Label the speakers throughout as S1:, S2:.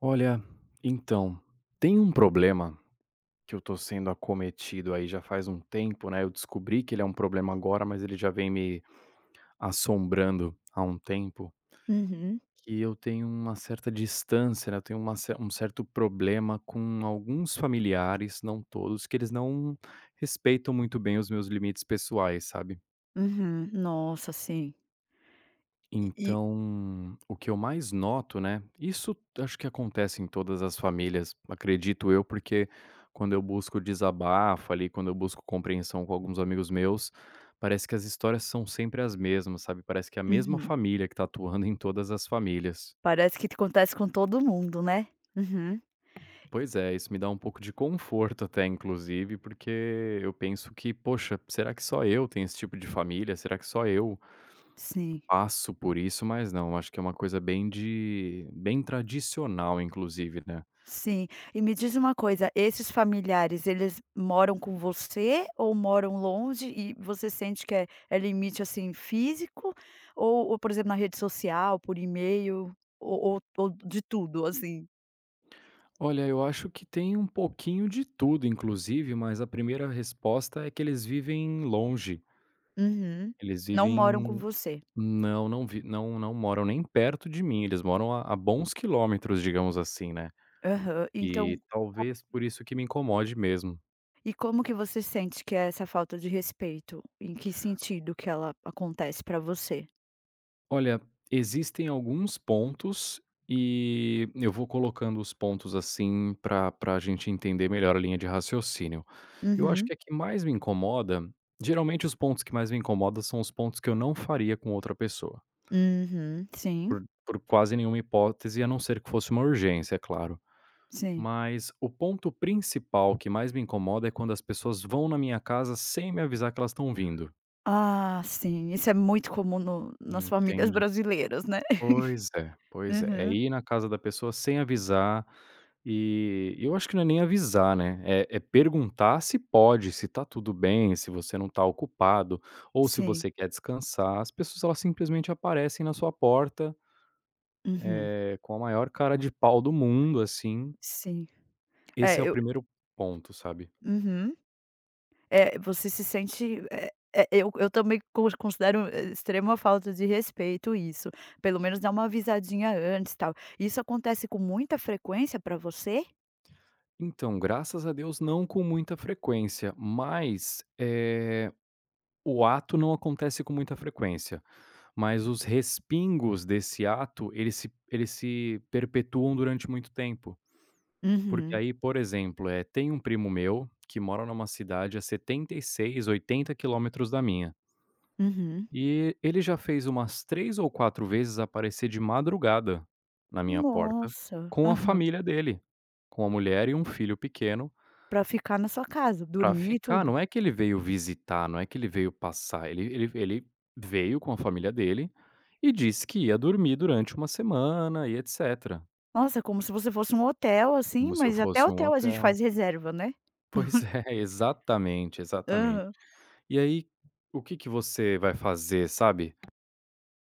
S1: Olha, então, tem um problema que eu tô sendo acometido aí já faz um tempo, né? Eu descobri que ele é um problema agora, mas ele já vem me assombrando há um tempo.
S2: Uhum,
S1: Que eu tenho uma certa distância, né? Eu tenho um certo problema com alguns familiares, não todos, que eles não respeitam muito bem os meus limites pessoais, sabe?
S2: uhum. Nossa, sim. E
S1: Então, o que eu mais noto, né, isso acho que acontece em todas as famílias, acredito eu, porque quando eu busco desabafo ali, quando eu busco compreensão com alguns amigos meus, parece que as histórias são sempre as mesmas, sabe? Parece que é a mesma
S2: uhum.
S1: família que tá atuando em todas as famílias.
S2: Parece que acontece com todo mundo, né? Uhum.
S1: Pois é, isso me dá um pouco de conforto até, inclusive, porque eu penso que, poxa, será que só eu tenho esse tipo de família? Será que só eu
S2: Sim,
S1: passo por isso, mas não, acho que é uma coisa bem de bem tradicional inclusive, né.
S2: sim. E me diz uma coisa, esses familiares, eles moram com você ou moram longe e você sente que é limite, assim, físico ou, por exemplo, na rede social, por e-mail ou de tudo, assim?
S1: Olha, eu acho que tem um pouquinho de tudo inclusive, mas a primeira resposta é que eles vivem longe,
S2: Uhum.
S1: eles
S2: Não moram com
S1: vivem
S2: você?
S1: não, não vi não não moram nem perto de mim, eles moram a bons quilômetros, digamos assim, né.
S2: Aham. Então,
S1: E talvez por isso que me incomode mesmo.
S2: e como que você sente que é essa falta de respeito? Em que sentido que ela acontece pra você?
S1: Olha, existem alguns pontos e eu vou colocando os pontos, assim, para a gente entender melhor a linha de raciocínio. Eu acho
S2: Uhum,
S1: que a que mais me incomoda Geralmente os pontos que mais me incomodam são os pontos que eu não faria com outra pessoa,
S2: uhum, sim,
S1: por quase nenhuma hipótese, a não ser que fosse uma urgência, é claro.
S2: sim.
S1: Mas o ponto principal que mais me incomoda é quando as pessoas vão na minha casa sem me avisar que elas estão vindo,
S2: Ah, sim, isso é muito comum no nas famílias
S1: entende?
S2: brasileiras, né.
S1: Pois é, pois é. É
S2: Uhum,
S1: ir na casa da pessoa sem avisar, e eu acho que não é nem avisar, né, é perguntar se pode, se tá tudo bem, se você não tá ocupado, ou se
S2: sim,
S1: você quer descansar. As pessoas elas simplesmente aparecem na sua porta,
S2: uhum,
S1: com a maior cara de pau do mundo, assim.
S2: sim.
S1: Esse é
S2: É,
S1: o
S2: eu
S1: primeiro ponto, sabe.
S2: uhum. É, você se sente, eu também considero, extrema falta de respeito isso, pelo menos dar uma avisadinha antes, tal. Isso acontece com muita frequência pra você?
S1: Então, graças a Deus não com muita frequência, mas, o ato não acontece com muita frequência. Mas os respingos desse ato, eles se perpetuam durante muito tempo. Porque
S2: Uhum,
S1: aí, por exemplo, tem um primo meu que mora numa cidade a 76, 80 quilômetros da minha.
S2: uhum.
S1: E ele já fez umas 3 ou 4 vezes aparecer de madrugada na minha porta
S2: Nossa.
S1: com a
S2: Aham.
S1: família dele, com a mulher e um filho pequeno.
S2: Pra ficar na sua casa,
S1: Pra
S2: dormir e
S1: ficar,
S2: tudo.
S1: não é que ele veio visitar, não é que ele veio passar, ele veio com a família dele e disse que ia dormir durante uma semana e etcétera,
S2: Nossa, é como se você fosse um hotel, assim,
S1: como se eu
S2: mas até
S1: fosse um
S2: hotel a gente
S1: hotel.
S2: faz reserva, né?
S1: Pois é, exatamente, exatamente.
S2: Aham.
S1: E aí, o que que você vai fazer, sabe?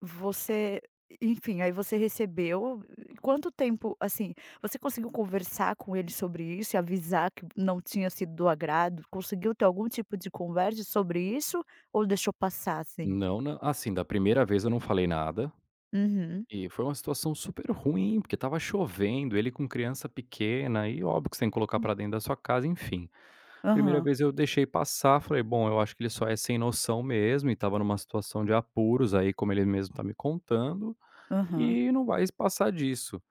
S2: Você enfim, aí você recebeu e quanto tempo, assim, você conseguiu conversar com ele sobre isso e avisar que não tinha sido do agrado? Conseguiu ter algum tipo de conversa sobre isso ou deixou passar, assim?
S1: Não, na assim, Da primeira vez eu não falei nada.
S2: Uhum.
S1: E foi uma situação super ruim, porque estava chovendo, ele com criança pequena, e óbvio que você tem que colocar pra dentro da sua casa, enfim. Primeira
S2: Aham,
S1: vez eu deixei passar, falei: "Bom, eu acho que ele só é sem noção mesmo e estava numa situação de apuros aí, como ele mesmo tá me contando,
S2: aham.
S1: e não vai passar disso".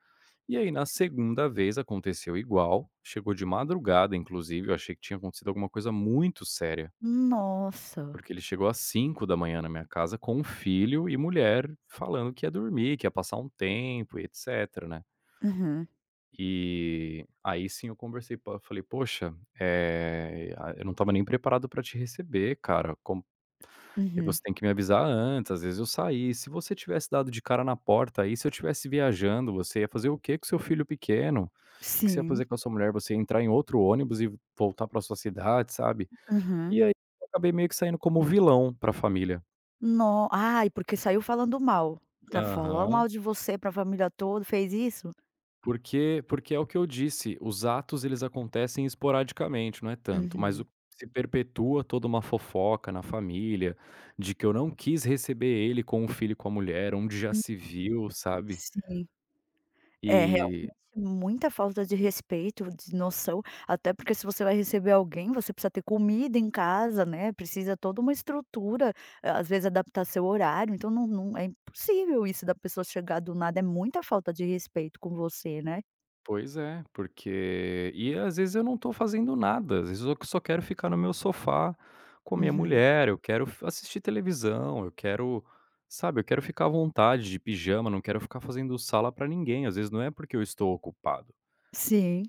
S1: E aí na segunda vez aconteceu igual, chegou de madrugada inclusive, eu achei que tinha acontecido alguma coisa muito séria.
S2: Nossa.
S1: Porque ele chegou às 5 da manhã na minha casa com filho e mulher, falando que ia dormir, que ia passar um tempo e etcétera, né.
S2: Uhum,
S1: E aí sim eu conversei pa falei: "Poxa, eh, a eu não estava nem preparado pra te receber, cara, como
S2: uhum.
S1: você tem que me avisar antes, às vezes eu saí, se você tivesse dado de cara na porta aí, se eu estivesse viajando, você ia fazer o quê com seu filho pequeno? O Que que você ia
S2: Sim.
S1: fazer com a sua mulher? Você ia entrar em outro ônibus e voltar pra sua cidade, sabe?"
S2: Uhum.
S1: E aí eu acabei meio que saindo como vilão pra família.
S2: No ai, porque saiu falando mal. Tá, falou
S1: Aham.
S2: mal de você pra família toda, fez isso?
S1: Porque é o que eu disse, os atos eles acontecem esporadicamente, não é tanto, mas o
S2: Uhum.
S1: se perpetua toda uma fofoca na família, de que eu não quis receber ele com o filho e com a mulher, onde já
S2: Hum.
S1: se viu, sabe.
S2: Sim. É
S1: E
S2: realmente muita falta de respeito, de noção, até porque se você vai receber alguém, você precisa ter comida em casa, né, precisa toda uma estrutura, às vezes adaptar seu horário, então não é impossível isso da pessoa chegar do nada, é muita falta de respeito com você, né.
S1: pois é, porque e às vezes eu não tô fazendo nada, às vezes eu só quero ficar no meu sofá com a minha
S2: Uhum.
S1: mulher, eu quero f assistir televisão, eu quero, sabe, eu quero ficar à vontade de pijama, não quero ficar fazendo sala pra ninguém, às vezes não é porque eu estou ocupado.
S2: Sim.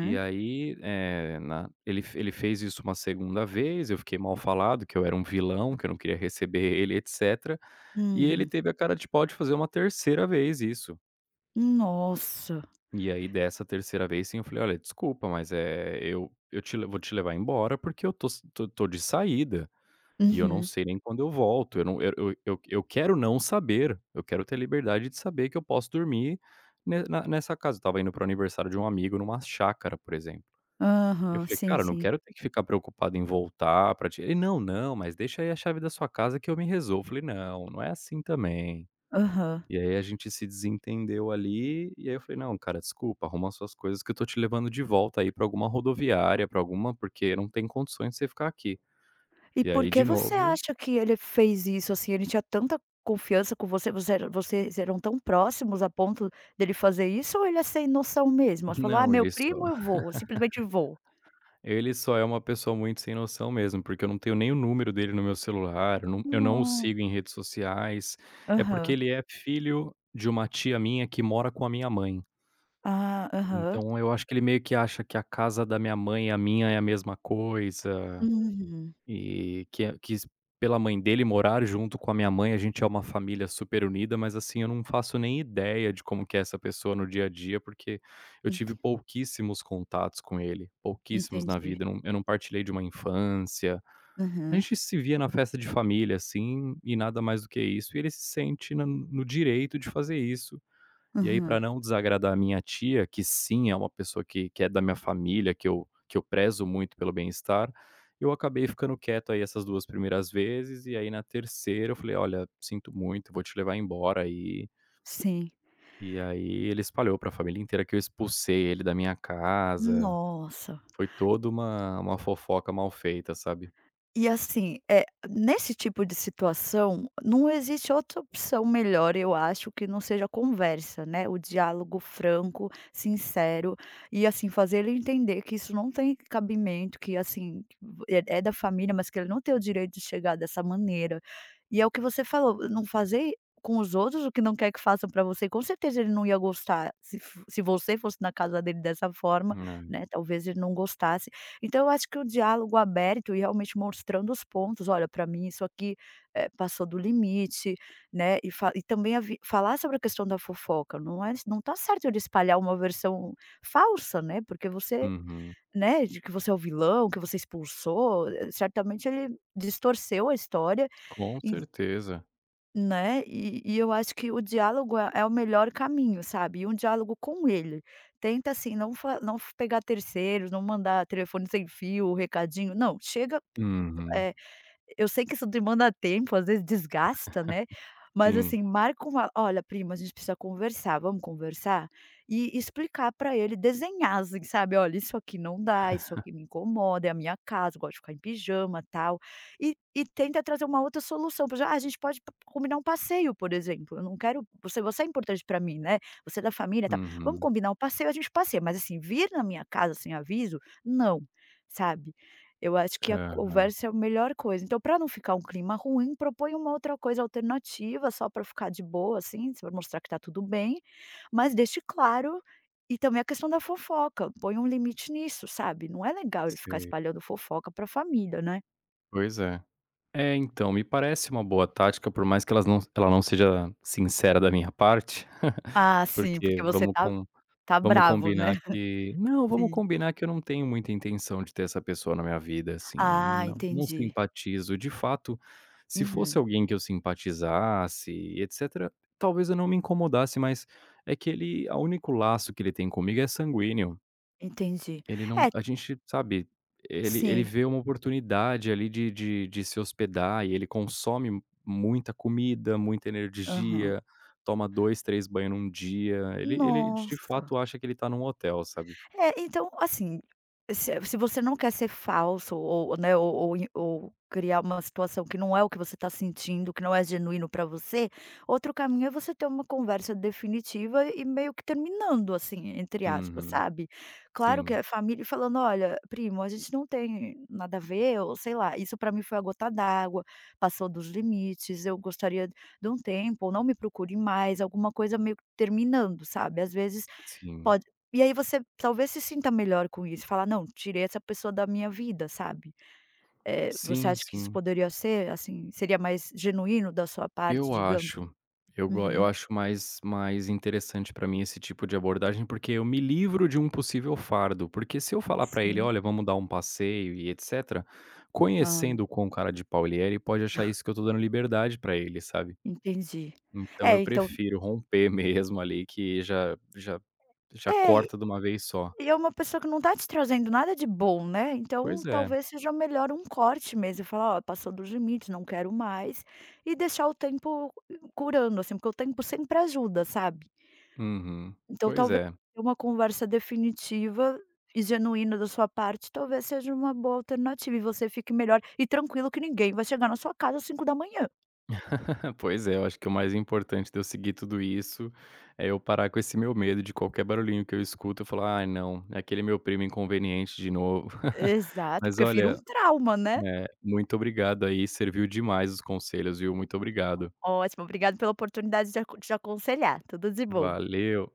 S1: E aí, eh, na ele f ele fez isso uma segunda vez, eu fiquei mal falado que eu era um vilão, que eu não queria receber ele, etcétera, e ele
S2: Uhum.
S1: teve a cara de pau de fazer uma terceira vez isso.
S2: Nossa.
S1: E aí dessa terceira vez, sim, eu falei: "Olha, desculpa, mas, é eu te le vou te levar embora, porque eu tô s tô tô de saída, e eu não
S2: Uhum.
S1: sei nem quando eu volto, eu quero não saber, eu quero ter liberdade de saber que eu posso dormir ne na nessa casa". Eu estava indo para o aniversário de um amigo numa chácara, por exemplo. Eu
S2: Aham.
S1: falei:
S2: Sim,
S1: "Cara, eu não
S2: sim.
S1: quero ter que ficar preocupado em voltar para te" ele: "Não, não, mas deixa aí a chave da sua casa que eu me resolvo". Eu falei: "Não, não é assim também".
S2: Aham.
S1: E aí a gente se desentendeu ali, e aí eu falei: "Não, cara, desculpa, arruma suas coisas que eu tô te levando de volta aí pra alguma rodoviária, pra alguma porque não tem condições de você ficar aqui".
S2: E
S1: E
S2: por
S1: aí
S2: que
S1: de
S2: você
S1: novo
S2: acha que ele fez isso, assim? Ele tinha tanta confiança com você, você era, vocês eram tão próximos a ponto dele fazer isso ou ele é sem noção mesmo? Ele falou: "Ah,
S1: não,
S2: meu primo, eu vou, eu simplesmente vou".
S1: ele só é uma pessoa muito sem noção mesmo, porque eu não tenho nem o número dele no meu celular, eu não o
S2: No
S1: sigo em redes sociais. É porque
S2: aham.
S1: ele é filho de uma tia minha que mora com a minha mãe.
S2: Ah, aham.
S1: Então eu acho que ele meio que acha que a casa da minha mãe e a minha é a mesma coisa.
S2: Uhum.
S1: E que é que s Pela mãe dele morar junto com a minha mãe, a gente é uma família super unida, mas, assim, eu não faço nem ideia de como que é essa pessoa no dia a dia, porque eu tive
S2: Enten
S1: pouquíssimos contatos com ele, pouquíssimos na
S2: Entendi.
S1: vida, eu não partilhei de uma infância. A
S2: Aham,
S1: gente se via na festa de família, assim, e nada mais do que isso, e ele se sente na no direito de fazer isso, e aí, para
S2: aham.
S1: não desagradar a minha tia, que sim é uma pessoa que é da minha família, que eu prezo muito pelo bem-estar, eu acabei ficando quieto aí essas 2 primeiras vezes, e aí na terceira eu falei: "Olha, sinto muito, vou te levar embora aí".
S2: Sim.
S1: E aí ele espalhou para a família inteira que eu expulsei ele da minha casa.
S2: Nossa.
S1: Foi toda uma fofoca mal feita, sabe.
S2: E assim, é nesse tipo de situação, não existe outra opção melhor, eu acho, que não seja a conversa, né, o diálogo franco, sincero, e assim, fazer ele entender que isso não tem cabimento, que assim, é da família, mas que ele não tem o direito de chegar dessa maneira. E é o que você falou, não fazer com os outros o que não quer que façam para você, com certeza ele não ia gostar, se você fosse na casa dele dessa forma,
S1: É.
S2: né, talvez ele não gostasse, então eu acho que o diálogo aberto e realmente mostrando os pontos: "Olha, para mim isso aqui, passou do limite", né, e também a vi falar sobre a questão da fofoca, não tá certo ele espalhar uma versão falsa, né, porque você,
S1: Uhum.
S2: né, de que você é o vilão, que você expulsou, certamente ele distorceu a história,
S1: Com certeza.
S2: né, e eu acho que o diálogo é o melhor caminho, sabe, e um diálogo com ele. Tenta assim, não fa não f pegar terceiros, não mandar telefone sem fio, recadinho, não, chega,
S1: Uhum.
S2: eh eu sei que isso demanda tempo, às vezes desgasta, né, mas
S1: Sim.
S2: assim, marca uma: "Olha prima, a gente precisa conversar, vamos conversar?" E explicar para ele, desenhar assim, sabe: "Olha, isso aqui não dá, isso aqui me incomoda, é a minha casa, eu gosto de ficar em pijama, tal". E tenta trazer uma outra solução, por exemplo: "Ah, a gente pode p combinar um passeio, por exemplo, eu não quero você, você é importante para mim, né, você é da família, tal, vamos
S1: Uhum.
S2: combinar um passeio, a gente passeia, mas assim, vir na minha casa sem aviso, não", sabe. Eu acho que a
S1: É,
S2: conversa é a melhor coisa. Então, para não ficar um clima ruim, propõe uma outra coisa alternativa, só para ficar de boa, assim, para mostrar que tá tudo bem, mas deixe claro, e também a questão da fofoca, põe um limite nisso, sabe. Não é legal ele ficar
S1: sei.
S2: espalhando fofoca para a família, né.
S1: Pois é. É, então, me parece uma boa tática, por mais que ela não seja sincera da minha parte,
S2: Ah, sim, porque
S1: porque
S2: você tá, tá
S1: vamos
S2: bravo, né.
S1: combinar que não, vamos
S2: Sim.
S1: combinar que eu não tenho muita intenção de ter essa pessoa na minha vida, assim, não
S2: Ah,
S1: não não
S2: entendi.
S1: simpatizo. De fato, se fosse
S2: Uhum,
S1: alguém que eu simpatizasse e etcétera, talvez eu não me incomodasse, mas é que ele a único laço que ele tem comigo é sanguíneo.
S2: entendi.
S1: Ele não
S2: É,
S1: a gente, sabe, ele
S2: sim.
S1: vê uma oportunidade ali de se hospedar e ele consome muita comida, muita
S2: Aham.
S1: energia, toma 2, 3 banhos num dia, ele de
S2: Nossa!
S1: fato acha que ele tá num hotel, sabe.
S2: É, então, assim, se você não quer ser falso ou, né, ou criar uma situação que não é o que você está sentindo, que não é genuíno para você, outro caminho é você ter uma conversa definitiva e meio que terminando, assim, entre aspas,
S1: Uhum.
S2: sabe. Claro que
S1: Sim,
S2: a família falando: "Olha, primo, a gente não tem nada a ver", ou sei lá, "isso para mim foi a gota d'água, passou dos limites, eu gostaria de um tempo, ou não me procure mais", alguma coisa meio que terminando, sabe. Às vezes
S1: sim.
S2: pode. E aí você talvez se sinta melhor com isso, falar: "Não, tirei essa pessoa da minha vida", sabe. Eh, você
S1: Sim,
S2: acha que isso
S1: sim.
S2: poderia ser, assim, seria mais genuíno da sua parte,
S1: Eu
S2: digamos?
S1: acho. Eu
S2: Uhum.
S1: acho mais interessante pra mim esse tipo de abordagem, porque eu me livro de um possível fardo, porque se eu falar pra ele:
S2: Sim.
S1: "Olha, vamos dar um passeio e etcétera",
S2: Hã,
S1: conhecendo o quão cara de pau ele é, ele pode achar isso que eu tô dando liberdade pra ele, sabe.
S2: entendi.
S1: Então
S2: É,
S1: eu
S2: então
S1: prefiro romper mesmo ali que já já
S2: é,
S1: corta de uma vez só.
S2: e é uma pessoa que não tá te trazendo nada de bom, né, então
S1: Pois é.
S2: talvez seja melhor um corte mesmo, falar: "Ó, passou dos limites, não quero mais", e deixar o tempo curando, assim, porque o tempo sempre ajuda, sabe.
S1: Uhum.
S2: Então
S1: Pois
S2: talvez
S1: é.
S2: ter uma conversa definitiva e genuína da sua parte, talvez seja uma boa alternativa e você fique melhor e tranquilo que ninguém vai chegar na sua casa às 5 da manhã.
S1: Pois é, eu acho que o mais importante de eu seguir tudo isso é eu parar com esse meu medo de qualquer barulhinho que eu escuto, eu falar: "Ai não, é aquele meu primo inconveniente de novo".
S2: Exato,
S1: Mas
S2: porque vira um
S1: olha,
S2: trauma, né.
S1: muito obrigado aí, serviu demais os conselhos, viu. Muito obrigado.
S2: Ótimo, obrigado pela oportunidade de aconselhar. Tudo de bom.
S1: Valeu.